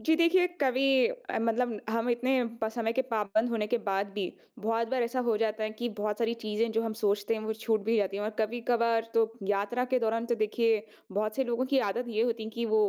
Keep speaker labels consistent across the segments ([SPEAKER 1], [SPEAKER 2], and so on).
[SPEAKER 1] जी देखिए, कभी मतलब हम इतने प समय के पाबंद होने के बाद भी, बहुत बार ऐसा हो जाता है कि बहुत सारी चीज़ें जो हम सोचते हैं, वो छूट भी जाती हैं और कभी-कभार तो यात्रा के दौरान तो देखिए, बहुत से लोगों की आदत ये होती है कि वो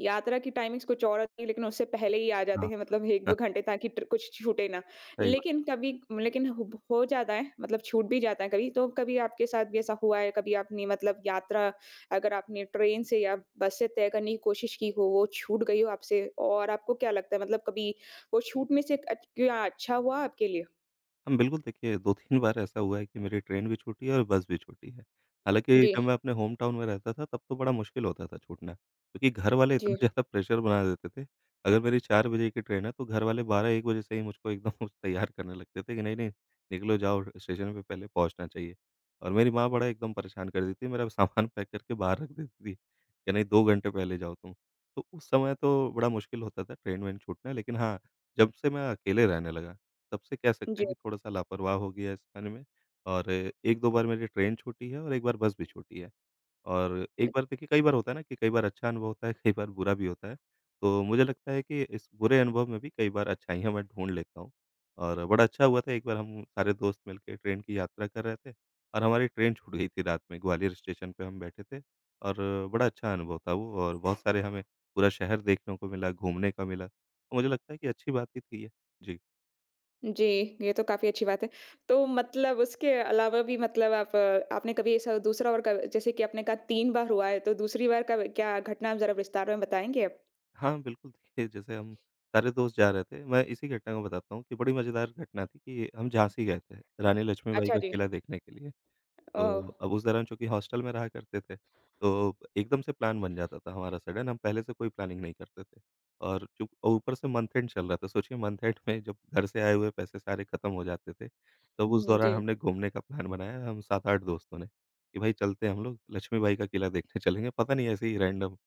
[SPEAKER 1] यात्रा की टाइमिंग्स कुछ और होती है, लेकिन उससे पहले ही आ जाते
[SPEAKER 2] हाँ,
[SPEAKER 1] हैं मतलब 1-2
[SPEAKER 2] हाँ,
[SPEAKER 1] घंटे ताकि ट्र कुछ छूटे ना।
[SPEAKER 2] सही बात।
[SPEAKER 1] लेकिन कभी लेकिन हो जाता है, मतलब छूट भी जाता है कभी। तो कभी आपके साथ भी ऐसा हुआ है, कभी आपने मतलब यात्रा अगर आपने ट्रेन से या बस से तय करने की कोशिश की हो, वो छूट गई हो आपसे और आपको क्या लगता है मतलब कभी वो छूट में से अच क्या अच्छा हुआ आपके लिए?
[SPEAKER 2] हम बिल्कुल देखिए 2-3 बार ऐसा हुआ है कि मेरी ट्रेन भी छूटी है और बस भी छूटी है। हालाँकि
[SPEAKER 1] जी,
[SPEAKER 2] जब मैं अपने होम टाउन में रहता था तब तो बड़ा मुश्किल होता था छूटना, क्योंकि घर वाले
[SPEAKER 1] जी,
[SPEAKER 2] इतना ज़्यादा प्रेशर बना देते थे। अगर मेरी 4 बजे की ट्रेन है तो घर वाले 12-1 बजे से ही मुझको एकदम तैयार करने लगते थे कि नहीं, नहीं निकलो, जाओ स्टेशन पे पहले पहुँचना चाहिए। और मेरी माँ बड़ा एकदम परेशान कर देती थी, मेरा सामान पैक करके बाहर रख देती थी कि नहीं, 2 घंटे पहले जाओ तुम। तो उस समय तो बड़ा मुश्किल होता था ट्रेन वेन छूटना, लेकिन हाँ, जब से मैं अकेले रहने लगा तब से कह सकते
[SPEAKER 1] जी।
[SPEAKER 2] हैं कि थोड़ा-सा लापरवाह हो गया इस बारे में। और 1-2 बार मेरी ट्रेन छूटी है और एक बार बस भी छूटी है। और
[SPEAKER 1] अ,
[SPEAKER 2] एक बार देखिए, कई बार होता है ना कि कई बार अच्छा अनुभव होता है, कई बार बुरा भी होता है। तो मुझे लगता है कि इस बुरे अनुभव में भी कई बार अच्छाइयाँ मैं ढूँढ लेता हूँ। और बड़ा अच्छा हुआ था, एक बार हम सारे दोस्त मिलके ट्रेन की यात्रा कर रहे थे और हमारी ट्रेन छूट गई थी रात में, ग्वालियर स्टेशन पे हम बैठे थे और बड़ा अच्छा अनुभव था वो, और बहुत सारे हमें पूरा शहर देखने को मिला, घूमने का मिला। तो मुझे लगता है कि अच्छी बात ही थी ये। जी।
[SPEAKER 1] जी, ये तो काफ़ी अच्छी बात है। तो मतलब उसके अलावा भी मतलब आप आपने कभी ऐसा दूसरा और क जैसे कि आपने कहा 3 बार हुआ है, तो दूसरी बार का क्या घटना ज़रा विस्तार में बताएँगे आप?
[SPEAKER 2] हाँ, बिल्कुल, देखिए जैसे हम सारे दोस्त जा रहे थे, मैं इसी घटना को बताता हूँ कि बड़ी मज़ेदार घटना थी कि हम झांसी गए थे, रानी लक्ष्मीबाई
[SPEAKER 1] अच्छा
[SPEAKER 2] का
[SPEAKER 1] जी।
[SPEAKER 2] किला देखने के लिए।
[SPEAKER 1] ओह!
[SPEAKER 2] तो अब उस दौरान चूँकि हॉस्टल में रहा करते थे, तो एकदम से प्लान बन जाता था हमारा सडन, हम पहले से कोई प्लानिंग नहीं करते थे। और चूँ ऊपर से मंथ एंड चल रहा था, सोचिए मंथ एंड में जब घर से आए हुए पैसे सारे खत्म हो जाते थे, तब उस
[SPEAKER 1] हुँ,
[SPEAKER 2] दौरान
[SPEAKER 1] जी।
[SPEAKER 2] हमने घूमने का प्लान बनाया, हम 7-8 दोस्तों ने, कि भाई चलते हैं हम लोग लक्ष्मीबाई का किला देखने चलेंगे, पता नहीं, ऐसे ही रैंडम।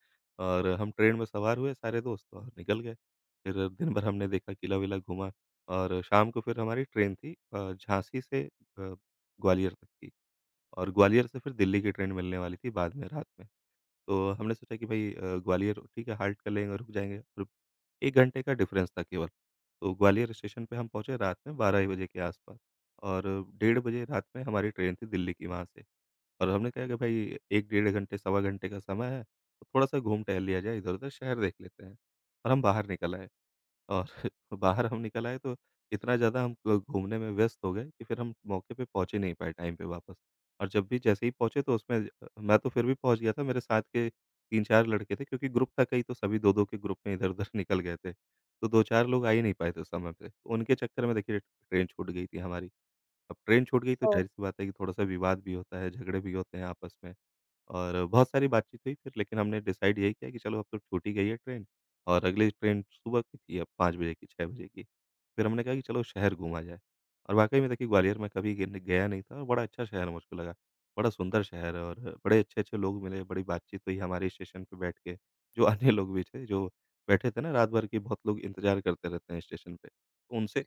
[SPEAKER 2] और हम ट्रेन में सवार हुए सारे दोस्त और निकल गए। फिर दिन भर हमने देखा, किला-विला घूमा और शाम को फिर हमारी ट्रेन थी झाँसी से ग्वालियर तक की। और ग्वालियर से फिर दिल्ली की ट्रेन मिलने वाली थी बाद में रात में। तो हमने सोचा कि भई ग्वालियर ठीक है, हाल्ट कर लेंगे, रुक जाएँगे, और 1 घंटे का डिफ़रेंस था केवल। तो ग्वालियर स्टेशन पे हम पहुँचे रात में 12 बजे के आस-पास, और डेढ़ बजे रात में हमारी ट्रेन थी दिल्ली की वहाँ से। और हमने कहा कि भई 1 डेढ़ घंटे, सवा घंटे का समय है, तो थोड़ा-सा घूम टहल लिया जाए इधर-उधर, शहर देख लेते हैं, और हम बाहर निकल आए। और बाहर हम निकल आए तो इतना ज़्यादा हम ग घूमने में व्यस्त हो गए कि फिर हम मौके पे पहुँच ही नहीं पाए टाइम पे वापस। और जब भी, जैसे ही पहुँचे तो उसमें मैं तो फिर भी पहुँच गया था, मेरे साथ के 3-4 लड़के थे, क्योंकि ग्रुप था कई, तो सभी 2-2 के ग्रुप में इधर-उधर निकल गए थे। तो 2-4 लोग आ ही नहीं पाए थे उस समय पे। तो उनके चक्कर में देखिए ट्रेन छूट गई थी हमारी। अब ट्रेन छूट गई तो
[SPEAKER 1] ओह!
[SPEAKER 2] ज़ाहिर-सी बात है कि थोड़ा-सा विवाद भी होता है, झगड़े भी होते हैं आपस में, और बहुत सारी बातचीत हुई फिर, लेकिन हमने डिसाइड यही किया कि चलो अब तो छूट ही गई है ट्रेन, और अगली ट्रेन सुबह की थी अब 5 बजे की, 6 बजे की। फिर हमने कहा कि चलो शहर घूमा जाए, और वाक़ई में देखिए ग्वालियर में कभी गिन गया नहीं था और बड़ा अच्छा शहर मुझको लगा। बड़ा सुंदर शहर है, और बड़े अच्छे-अच्छे लोग मिले, बड़ी बातचीत हुई हमारे, स्टेशन पे बैठ के, जो अन्य लोग भी थे जो बैठे थे ना रात भर के, बहुत लोग इंतज़ार करते रहते हैं स्टेशन पे। तो उनसे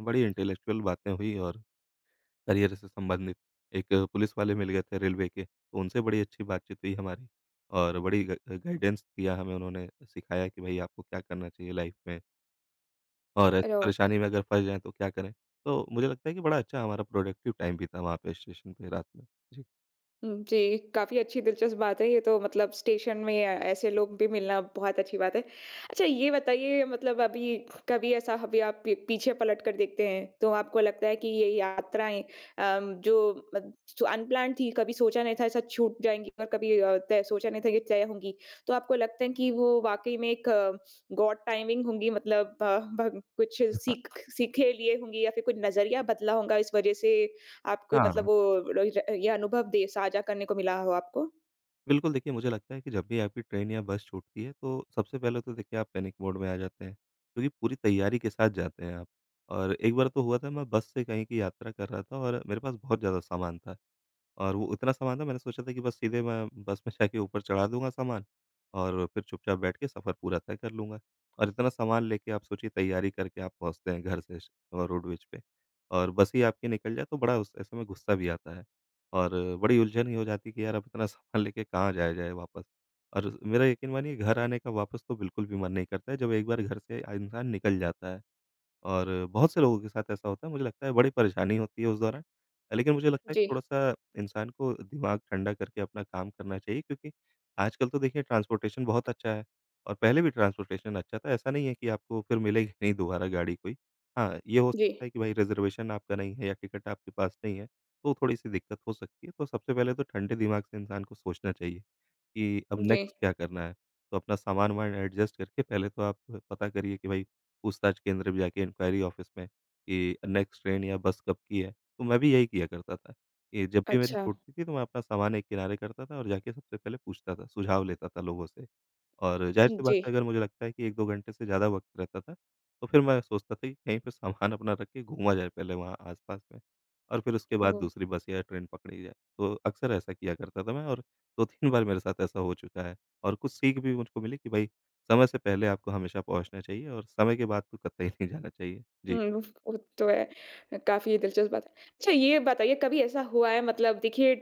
[SPEAKER 2] बड़ी इंटेलेक्चुअल बातें हुई, और करियर से संबंधित एक पुलिस वाले मिल गए थे रेलवे के, तो उनसे बड़ी अच्छी बातचीत हुई हमारी, और बड़ी ग गाइडेंस दिया हमें उन्होंने, सिखाया कि भई आपको क्या करना चाहिए लाइफ़ में, और
[SPEAKER 1] अरे!
[SPEAKER 2] ऐसी
[SPEAKER 1] ओह!
[SPEAKER 2] परेशानी में अगर फँस जाएँ तो क्या करें? तो मुझे लगता है कि बड़ा अच्छा हमारा प्रोडक्टिव टाइम बीता वहाँ पे स्टेशन पे रात में। जी।
[SPEAKER 1] हुँ, जी, काफ़ी अच्छी दिलचस्प बात है ये तो मतलब स्टेशन में ऐसे लोग भी मिलना बहुत अच्छी बात है। अच्छा ये बताइए मतलब अभी कभी ऐसा अभी आप पी पीछे पलट कर देखते हैं, तो आपको लगता है कि ये यात्राएँ जो मत जो अनप्लान्ड थी, कभी सोचा नहीं था ऐसा छूट जाएँगी और कभी तय सोचा नहीं था ये तय होंगी। तो आपको लगता है कि वो वाक़ई में एक गॉड टाइमिंग होंगी मतलब भग कुछ
[SPEAKER 2] हाँ।
[SPEAKER 1] सीखे लिए होंगी या फिर कुछ नज़रिया बदला होगा इस वज़ह से आप कोई मतलब
[SPEAKER 2] हाँ।
[SPEAKER 1] वो र र ये अनुभव दे साझा करने को मिला हो आपको?
[SPEAKER 2] बिल्कुल, देखिए मुझे लगता है कि जब भी आपकी ट्रेन या बस छूटती है तो सबसे पहले तो देखिए आप पैनिक मोड में आ जाते हैं, क्योंकि पूरी तैयारी के साथ जाते हैं आप। और एक बार तो हुआ था, मैं बस से कहीं की यात्रा कर रहा था और मेरे पास बहुत ज़्यादा सामान था। और वो इतना सामान था, मैंने सोचा था कि बस सीधे मैं बस में जाके ऊपर चढ़ा दूँगा सामान और फिर चुपचाप बैठ के सफ़र पूरा तय कर लूँगा। और इतना सामान लेके आप सोचिए, तैयारी करके आप पहुँचते हैं घर से श और रोडवेज पे, और बस ही आपकी निकल जाए तो बड़ा उस ऐसे में गुस्सा भी आता है। और बड़ी उलझन ही हो जाती कि यार, अब इतना सामान लेके कहाँ जाया जाए वापस। और मेरा यकीन मानिए घर आने का वापस तो बिल्कुल भी मन नहीं करता है, जब एक बार घर से इंसान निकल जाता है। और बहुत से लोगों के साथ ऐसा होता है, मुझे लगता है बड़ी परेशानी होती है उस दौरान। लेकिन मुझे लगता है कि
[SPEAKER 1] जी,
[SPEAKER 2] थोड़ा-सा इंसान को दिमाग ठंडा करके अपना काम करना चाहिए, क्योंकि आजकल तो देखिए ट्रांसपोर्टेशन बहुत अच्छा है, और पहले भी ट्रांसपोर्टेशन अच्छा था। ऐसा नहीं है कि आपको फिर मिलेगी नहीं दोबारा गाड़ी कोई। हाँ, ये हो
[SPEAKER 1] जी,
[SPEAKER 2] सकता है कि भाई रिज़र्वेशन आपका नहीं है या टिकट आपके पास नहीं है, तो थोड़ी-सी दिक्कत हो सकती है। तो सबसे पहले तो ठंडे दिमाग से इंसान को सोचना चाहिए कि अब
[SPEAKER 1] जी।
[SPEAKER 2] नेक्स्ट क्या करना है। तो अपना सामान-वामान एडजस्ट करके पहले तो आप पता करिए कि भाई, पूछताछ केंद्र भी जाके, इंक्वायरी ऑफिस में कि नेक्स्ट ट्रेन या बस कब की है। तो मैं भी यही किया करता था कि जब भी मेरी
[SPEAKER 1] अच्छा,
[SPEAKER 2] छूटती थी तो मैं अपना सामान एक किनारे करता था और जाके सबसे पहले पूछता था, सुझाव लेता था लोगों से। और ज़ाहिर-सी बात
[SPEAKER 1] जी,
[SPEAKER 2] है, अगर मुझे लगता है कि 1-2 घंटे से ज़्यादा वक़्त रहता था, तो फिर मैं सोचता था कि कहीं पे सामान अपना रख के घूमा जाए पहले वहाँ आस-पास में, और फिर उसके बाद
[SPEAKER 1] वो
[SPEAKER 2] दूसरी बस या ट्रेन पकड़ी जाए। तो अक्सर ऐसा किया करता था मैं, और 2-3 बार मेरे साथ ऐसा हो चुका है, और कुछ सीख भी मुझको मिली कि भई समय से पहले आपको हमेशा पहुँचना चाहिए, और समय के बाद तो कतई नहीं जाना चाहिए। जी।
[SPEAKER 1] हुँ, उफ़! वो तो है। काफ़ी दिलचस्प बात है। अच्छा ये बताइए कभी ऐसा हुआ है मतलब देखिए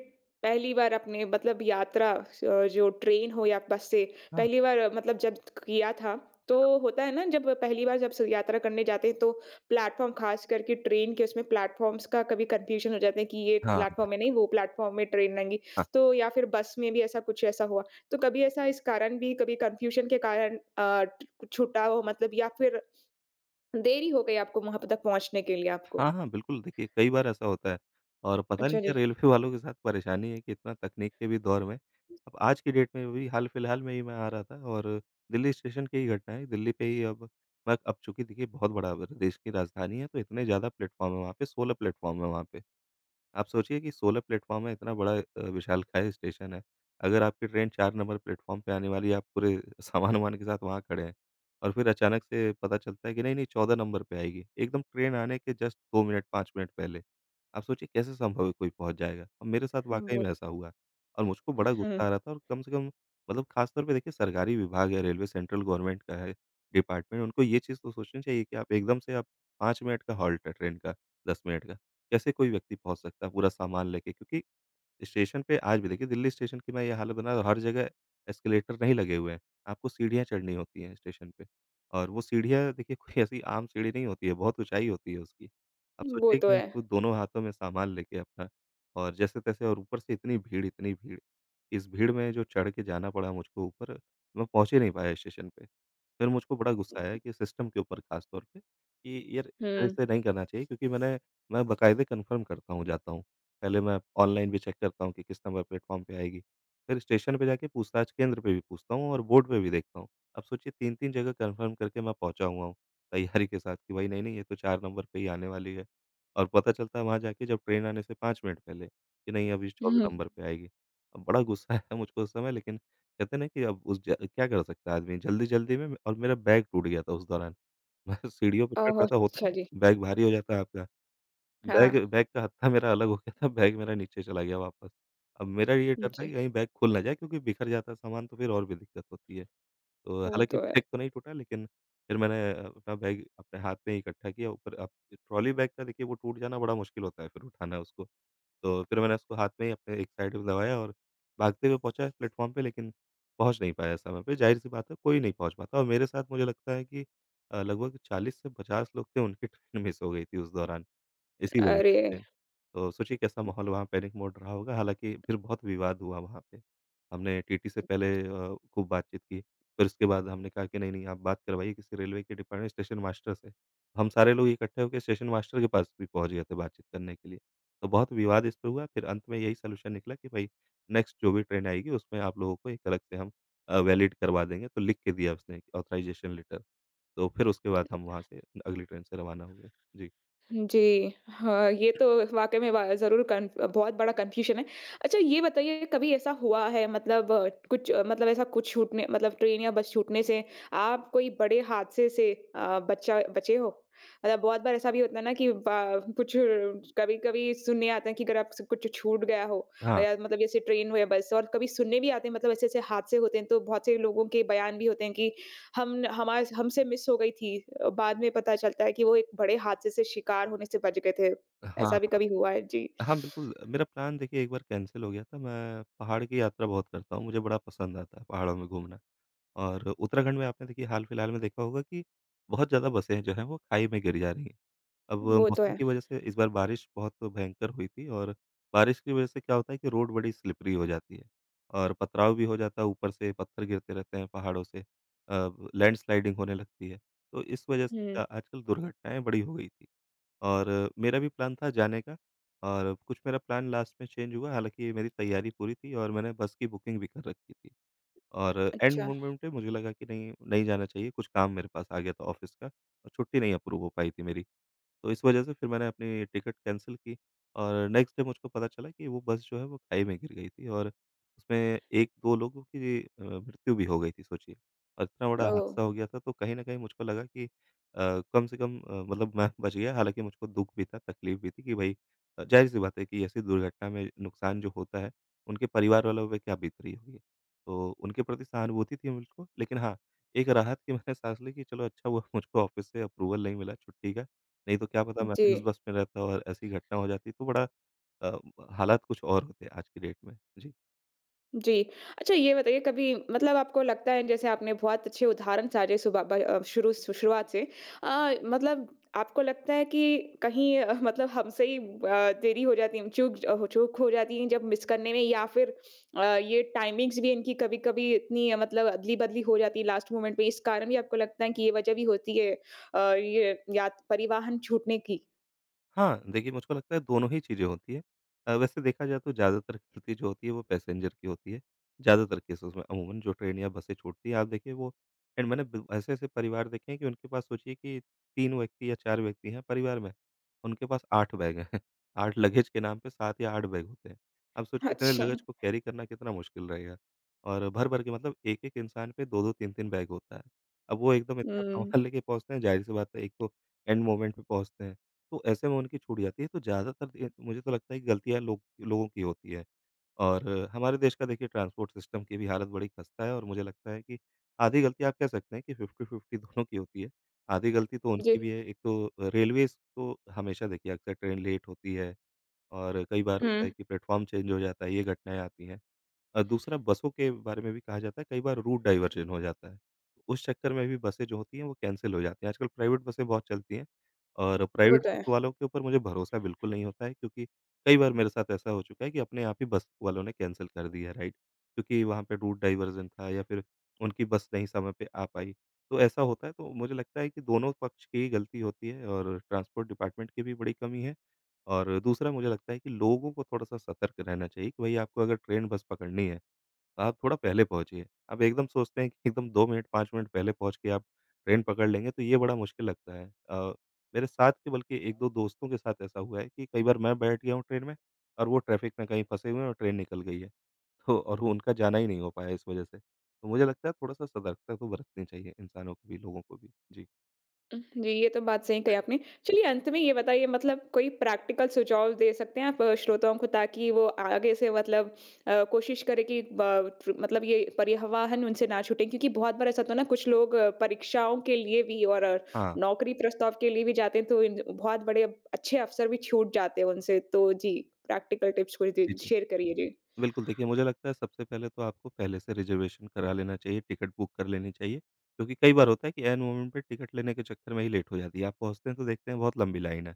[SPEAKER 1] पहली बार आपने मतलब यात्रा जो ट्रेन हो या बस से पहली बार मतलब जब किया था, तो होता है ना जब पहली बार जब स यात्रा करने जाते हैं तो प्लेटफ़ॉर्म ख़ास करके ट्रेन के उसमें प्लेटफ़ॉर्म्स का कभी कन्फ्यूज़न हो जाता है कि ये
[SPEAKER 2] हाँ,
[SPEAKER 1] प्लेटफ़ॉर्म है
[SPEAKER 2] हाँ।
[SPEAKER 1] नहीं, वो प्लेटफ़ॉर्म में ट्रेन आएँगी। तो या फिर बस में भी ऐसा कुछ ऐसा हुआ। तो कभी ऐसा इस कारण भी कभी कन्फ्यूज़न के कारण छूटा हो मतलब या फिर देरी हो गई आपको वहाँ पे तक पहुँचने के लिए आपको।
[SPEAKER 2] हाँ, हाँ, बिल्कुल, देखिए कई बार ऐसा होता है, और पता नहीं
[SPEAKER 1] अच्छा जी।
[SPEAKER 2] क्या रेलवे वालों के साथ परेशानी है कि इतना तकनीक के भी दौर में, अब आज की डेट में भी, हाल-फिलहाल में ही मैं आ रहा था, और दिल्ली स्टेशन की ही घटना है, दिल्ली पे ही अब, मैं अब चूँकि देखिए बहुत बड़ा देश की राजधानी है, तो इतने ज़्यादा प्लेटफ़ॉर्म है वहाँ पे, 16 प्लेटफ़ॉर्म है वहाँ पे। आप सोचिए कि 16 प्लेटफ़ॉर्म है, इतना बड़ा विशालकाय स्टेशन है। अगर आपकी ट्रेन 4 नंबर प्लेटफ़ॉर्म पे आने वाली है, आप पूरे सामान-वामान के साथ वहाँ खड़े हैं, और फिर अचानक से पता चलता है कि नहीं, नहीं, 14 नंबर पे आएगी। एकदम ट्रेन आने के जस्ट 2 मिनट, 5 मिनट पहले। आप सोचिए कैसे संभव है कोई पहुँच जाएगा? और मेरे साथ वाक़ई
[SPEAKER 1] वो
[SPEAKER 2] में ऐसा हुआ, और मुझको बड़ा
[SPEAKER 1] हुँ,
[SPEAKER 2] गुस्सा आ रहा था, और कम से कम, मतलब ख़ासतौर पे देखिए सरकारी विभाग है रेलवे, सेंट्रल गवर्नमेंट का है डिपार्टमेंट, उनको ये चीज़ तो सोचनी चाहिए कि आप एकदम से आप, 5 मिनट का हॉल्ट है ट्रेन का, 10 मिनट का। कैसे कोई व्यक्ति पहुँच सकता है पूरा सामान लेके? क्योंकि स्टेशन पे आज भी देखिए दिल्ली स्टेशन की मैं ये हालत बना रहा हूँ, हर जगह एस्केलेटर नहीं लगे हुए हैं, आपको सीढ़ियाँ चढ़नी होती हैं स्टेशन पे। और वो सीढ़ियाँ देखिए, कोई ऐसी आम सीढ़ी नहीं होती है, बहुत ऊँचाई होती है उसकी। आप
[SPEAKER 1] वो
[SPEAKER 2] सोचिए
[SPEAKER 1] तो
[SPEAKER 2] कि
[SPEAKER 1] है।
[SPEAKER 2] आपको दोनों हाथों में सामान लेके अपना, और जैसे-तैसे, और ऊपर से इतनी भीड़, इतनी भीड़। इस भीड़ में जो चढ़ के जाना पड़ा मुझको ऊपर, मैं पहुँच ही नहीं पाया स्टेशन पे। फिर मुझको बड़ा गुस्सा आया कि सिस्टम के ऊपर ख़ास तौर पे कि यार,
[SPEAKER 1] हुँ,
[SPEAKER 2] ऐसे नहीं करना चाहिए क्योंकि मैं बाकायदे कन्फर्म करता हूँ, जाता हूँ। पहले मैं ऑनलाइन भी चेक करता हूँ कि किस नंबर प्लेटफ़ॉर्म पे आएगी। फिर स्टेशन पे जाके पूछताछ केंद्र पे भी पूछता हूँ और बोर्ड पे भी देखता हूँ। अब सोचिए 3-3 जगह कन्फर्म करके मैं पहुँचा हुआ हूँ, तैयारी के साथ कि भाई नहीं-नहीं ये तो 4 नंबर पे ही आने वाली है। और पता चलता है वहाँ जाके जब ट्रेन आने से 5 मिनट पहले कि नहीं, अब ये
[SPEAKER 1] हुँ।
[SPEAKER 2] 14 नंबर पे आएगी। अब बड़ा गुस्सा आया मुझको उस समय, लेकिन कहते हैं ना कि अब उस ज क्या कर सकता है आदमी जल्दी-जल्दी में। और मेरा बैग टूट गया था उस दौरान। मैं सीढ़ियों पे चढ़
[SPEAKER 1] ओह!
[SPEAKER 2] रहा था, होता
[SPEAKER 1] अच्छा
[SPEAKER 2] है
[SPEAKER 1] जी।
[SPEAKER 2] ना बैग भारी हो जाता है आपका।
[SPEAKER 1] हाँ,
[SPEAKER 2] बैग बैग का हत्था मेरा अलग हो गया था, बैग मेरा नीचे चला गया वापस। अब मेरा ये डर था कि
[SPEAKER 1] जी।
[SPEAKER 2] कहीं बैग खुल ना जाए, क्योंकि बिखर जाता है सामान तो फिर और भी दिक्कत होती है। तो
[SPEAKER 1] वो
[SPEAKER 2] हालाँकि
[SPEAKER 1] तो है।
[SPEAKER 2] बैग तो नहीं टूटा, लेकिन फिर मैंने अपना बैग अपने हाथ में ही इकट्ठा किया ऊपर। अब ट्रॉली बैग का देखिए, वो टूट जाना बड़ा मुश्किल होता है, फिर उठाना उसको। तो फिर मैंने उसको हाथ में ही अपने एक साइड में दबाया और भागते हुए पहुँचा प्लेटफ़ॉर्म पे, लेकिन पहुँच नहीं पाया समय पे। ज़ाहिर-सी बात है, कोई नहीं पहुँच पाता। और मेरे साथ मुझे लगता है कि लगभग 40 से 50 लोग थे, उनकी ट्रेन मिस हो गई थी उस दौरान। इसी वजह
[SPEAKER 1] अरे!
[SPEAKER 2] से प्लेन। तो सोचिए कैसा माहौल वहाँ पैनिक मोड रहा होगा, हालाँकि फिर बहुत विवाद हुआ वहाँ पे। हमने टीटी से पहले खूब बातचीत की, फिर उसके बाद हमने कहा कि नहीं-नहीं आप बात करवाइए किसी रेलवे के डिपार्टमेंट स्टेशन मास्टर से। हम सारे लोग इकट्ठे होके स्टेशन मास्टर के पास भी पहुँच गए थे बातचीत करने के लिए। तो बहुत विवाद इस पे हुआ, फिर अंत में यही सॉल्यूशन निकला कि भई नेक्स्ट जो भी ट्रेन आएगी उसमें आप लोगों को एक अलग से हम वैलिड करवा देंगे, तो लिख के दिया उसने ऑथराइज़ेशन लेटर। तो फिर उसके बाद हम वहाँ से अगली ट्रेन से रवाना हुए। जी।
[SPEAKER 1] जी, हाँ, ये तो वाक़ई में वा ज़रूर कन बहुत बड़ा कन्फ्यूज़न है। अच्छा ये बताइए कभी ऐसा हुआ है मतलब कुछ मतलब ऐसा कुछ छूटने मतलब ट्रेन या बस छूटने से आप कोई बड़े हादसे से बचा बचे हो? मतलब बहुत बार ऐसा भी होता है ना कि बा कुछ कभी-कभी सुनने आते हैं कि अगर आपसे कुछ छूट गया हो
[SPEAKER 2] हाँ।
[SPEAKER 1] या मतलब जैसे ट्रेन हो या बस और कभी सुनने भी आते हैं मतलब ऐसे-ऐसे हादसे होते हैं, तो बहुत से लोगों के बयान भी होते हैं कि हम हमारे हमसे मिस हो गई थी। बाद में पता चलता है कि वो एक बड़े हादसे से शिकार होने से बच गए थे। ऐसा
[SPEAKER 2] हाँ।
[SPEAKER 1] भी कभी हुआ है। जी।
[SPEAKER 2] हाँ, बिल्कुल, मेरा प्लान देखिए एक बार कैंसल हो गया था। मैं पहाड़ की यात्रा बहुत करता हूँ, मुझे बड़ा पसंद आता है पहाड़ों में घूमना। और उत्तराखंड में आपने देखिए हाल-फिलहाल में देखा होगा कि बहुत ज़्यादा बसें जो हैं वो खाई में गिर जा रही हैं। अब
[SPEAKER 1] वो तो
[SPEAKER 2] मौसम
[SPEAKER 1] है।
[SPEAKER 2] की वजह से इस बार बारिश बहुत भयंकर हुई थी, और बारिश की वजह से क्या होता है कि रोड बड़ी स्लिपरी हो जाती है, और पथराव भी हो जाता है, ऊपर से पत्थर गिरते रहते हैं पहाड़ों से। अ, लैंडस्लाइडिंग होने लगती है, तो इस वजह से
[SPEAKER 1] हुँ,
[SPEAKER 2] आजकल दुर्घटनाएँ बड़ी हो गई थी। और मेरा भी प्लान था जाने का, और कुछ मेरा प्लान लास्ट में चेंज हुआ, हालाँकि मेरी तैयारी पूरी थी और मैंने बस की बुकिंग भी कर रखी थी। और एंड
[SPEAKER 1] अच्छा।
[SPEAKER 2] मोमेंट पे मुझे लगा कि नहीं, नहीं जाना चाहिए, कुछ काम मेरे पास आ गया था ऑफ़िस का और छुट्टी नहीं अप्रूव हो पाई थी मेरी। तो इस वजह से फिर मैंने अपनी टिकट कैंसल की। और नेक्स्ट डे मुझको पता चला कि वो बस जो है वो खाई में गिर गई थी, और उसमें 1-2 लोगों की मृत्यु भी हो गई थी, सोचिए। और इतना बड़ा
[SPEAKER 1] ओह!
[SPEAKER 2] हादसा हो गया था, तो कहीं न कहीं मुझको लगा कि कम से कम मतलब मैं बच गया। हालाँकि मुझको दुःख भी था, तकलीफ़ भी थी कि भई ज़ाहिर-सी बात है कि ऐसी दुर्घटना में नुकसान जो होता है, उनके परिवार वालों पे क्या बीत रही होगी। तो उनके प्रति सहानुभूति थी मुझको, लेकिन हाँ, एक राहत की मैंने साँस ली कि चलो अच्छा हुआ मुझको ऑफ़िस से अप्रूवल नहीं मिला छुट्टी का, नहीं तो क्या पता मैं
[SPEAKER 1] जी।
[SPEAKER 2] भी उस बस में रहता और ऐसी घटना हो जाती तो बड़ा अ, हालात कुछ और होते आज की डेट में। जी।
[SPEAKER 1] जी। अच्छा ये बताइए कभी मतलब आपको लगता है जैसे आपने बहुत अच्छे उदाहरण साझे सुबह ब शुरुआत से मतलब आपको लगता है कि कहीं मतलब हमसे ही देरी हो जाती है चूक चूक हो जाती है जब मिस करने में या फिर ये टाइमिंग्स भी इनकी कभी-कभी इतनी मतलब अदली-बदली हो जाती है लास्ट मोमेंट पे इस कारण भी आपको लगता है कि ये वजह भी होती है ये यात परिवहन छूटने की?
[SPEAKER 2] हाँ, देखिए मुझको लगता है दोनों ही चीज़ें होती हैं। वैसे देखा जाए तो ज़्यादातर गलती जो होती है वो पैसेंजर की होती है, ज़्यादातर केसेज़ में अमूमन जो ट्रेन या बसें छूटती हैं आप देखिए वो एंड। मैंने ब ऐसे-ऐसे परिवार देखे हैं कि उनके पास सोचिए कि 3 व्यक्ति या 4 व्यक्ति हैं परिवार में, उनके पास 8 बैग हैं। 8 लगेज के नाम पे 7 या 8 बैग होते हैं। अब सोचिए इतने
[SPEAKER 1] अच्छा।
[SPEAKER 2] लगेज को कैरी करना कितना मुश्किल रहेगा, और भर-भर के मतलब एक-एक इंसान पे 2-2 3-3 बैग होता है। अब वो एकदम इतना
[SPEAKER 1] हुँ।
[SPEAKER 2] सँभाल लेके पहुँचते हैं, ज़ाहिर-सी बात है, एक तो एंड मोमेंट पे पहुँचते हैं। तो ऐसे में उनकी छूट जाती है, तो ज़्यादातर दे मुझे तो लगता है कि गलतियाँ लोगों की होती है। और हमारे देश का देखिए ट्रांसपोर्ट सिस्टम की भी हालत बड़ी खस्ता है, और मुझे लगता है कि आधी गलती आप कह सकते हैं कि 50-50 दोनों की होती है। आधी गलती तो
[SPEAKER 1] जी।
[SPEAKER 2] उनकी भी है, एक तो रेलवेज़ तो हमेशा देखिए अक्सर ट्रेन लेट होती है, और कई बार होता है
[SPEAKER 1] हुँ,
[SPEAKER 2] कि प्लेटफ़ॉर्म चेंज हो जाता है, ये घटनाएँ आती हैं। दूसरा बसों के बारे में भी कहा जाता है कई बार रूट डाइवर्जन हो जाता है। उस चक्कर में भी बसें जो होती हैं वो कैंसल हो जाती हैं। आजकल प्राइवेट बसें बहुत चलती हैं, और
[SPEAKER 1] वो
[SPEAKER 2] प्राइवेट
[SPEAKER 1] तो
[SPEAKER 2] बस
[SPEAKER 1] है।
[SPEAKER 2] वालों के ऊपर मुझे भरोसा बिल्कुल नहीं होता है, क्योंकि कई बार मेरे साथ ऐसा हो चुका है कि अपने आप ही बस वालों ने कैंसल कर दिया है राइड, क्योंकि वहाँ पे रूट डाइवर्जन था या फिर उनकी बस नहीं समय पे आ पाई। तो ऐसा होता है, तो मुझे लगता है कि दोनों पक्ष की ही गलती होती है और ट्रांसपोर्ट डिपार्टमेंट की भी बड़ी कमी है। और दूसरा मुझे लगता है कि लोगों को थोड़ा-सा सतर्क रहना चाहिए कि भई आपको अगर ट्रेन बस पकड़नी है, आप थोड़ा पहले पहुँचिए। आप एकदम सोचते हैं कि एकदम 2 मिनट 5 मिनट पहले पहुँच के आप ट्रेन पकड़ लेंगे, तो ये बड़ा मुश्किल लगता है। अ, मेरे साथ के बल्कि 1-2 दोस्तों के साथ ऐसा हुआ है कि कई बार मैं बैठ गया हूँ ट्रेन में, और वो ट्रैफ़िक में कहीं फँसे हुए हैं और ट्रेन निकल गई है। तो और वो उनका जाना ही नहीं हो पाया इस वजह से। तो मुझे लगता है थोड़ा-सा सतर्कता तो बरतनी चाहिए इंसानों को भी, लोगों को भी। जी।
[SPEAKER 1] उह, जी, ये तो बात सही कही आपने। चलिए अंत में ये बताइए मतलब कोई प्रैक्टिकल सुझाव दे सकते हैं आप श्रोताओं को ताकि वो आगे से मतलब कोशिश करें कि ब ट्र मतलब ये परिवहन उनसे ना छूटे क्योंकि बहुत बार ऐसा होता है ना कुछ लोग परीक्षाओं के लिए भी और
[SPEAKER 2] हाँ।
[SPEAKER 1] नौकरी प्रस्ताव के लिए भी जाते हैं तो इन बहुत बड़े अच्छे अवसर भी छूट जाते हैं उनसे। तो जी, प्रैक्टिकल टिप्स कुछ दे
[SPEAKER 2] जी, जी।
[SPEAKER 1] शेयर करिए? जी।
[SPEAKER 2] बिल्कुल, देखिए मुझे लगता है सबसे पहले तो आपको पहले से रिज़र्वेशन करा लेना चाहिए, टिकट बुक कर लेनी चाहिए, क्योंकि कई बार होता है कि ऐन मोमेंट पे टिकट लेने के चक्कर में ही लेट हो जाती है। आप पहुँचते हैं तो देखते हैं बहुत लंबी लाइन है।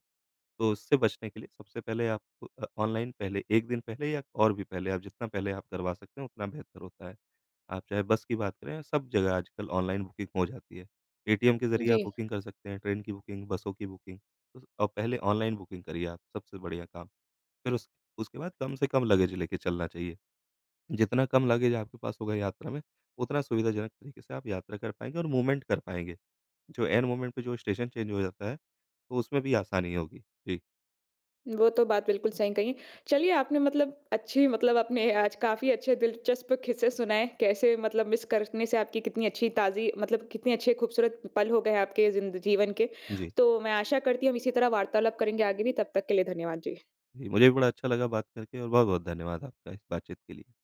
[SPEAKER 2] तो उससे बचने के लिए सबसे पहले आप ऑनलाइन पहले 1 दिन पहले या और भी पहले आप जितना पहले आप करवा सकते हैं उतना बेहतर होता है। आप चाहे बस की बात करें, सब जगह आजकल ऑनलाइन बुकिंग हो जाती है। एटीएम के ज़रिए आप
[SPEAKER 1] जी,
[SPEAKER 2] बुकिंग कर सकते हैं, ट्रेन की बुकिंग, बसों की बुकिंग। तो और पहले ऑनलाइन बुकिंग करिए आप, सबसे बढ़िया काम। फिर उस उसके बाद कम से कम लगेज लेके चलना चाहिए। जितना कम लगेज आपके पास होगा यात्रा में, उतना सुविधाजनक तरीके से आप यात्रा कर पाएँगे और मूवमेंट कर पाएँगे। जो एन मोमेंट पे जो स्टेशन चेंज हो जाता है, तो उसमें भी आसानी होगी। जी।
[SPEAKER 1] वो तो बात बिल्कुल सही कही। चलिए आपने मतलब अच्छी मतलब आपने आज काफ़ी अच्छे दिलचस्प किस्से सुनाए, कैसे मतलब मिस करने से आपकी कितनी अच्छी ताज़ी मतलब कितने अच्छे खूबसूरत पल हो गए आपके ज़िंद जीवन के।
[SPEAKER 2] जी।
[SPEAKER 1] तो मैं आशा करती हूँ हम इसी तरह वार्तालाप करेंगे आगे भी, तब तक के लिए धन्यवाद। जी।
[SPEAKER 2] जी, मुझे भी बड़ा अच्छा लगा बात करके, और बहुत-बहुत धन्यवाद आपका इस बातचीत के लिए।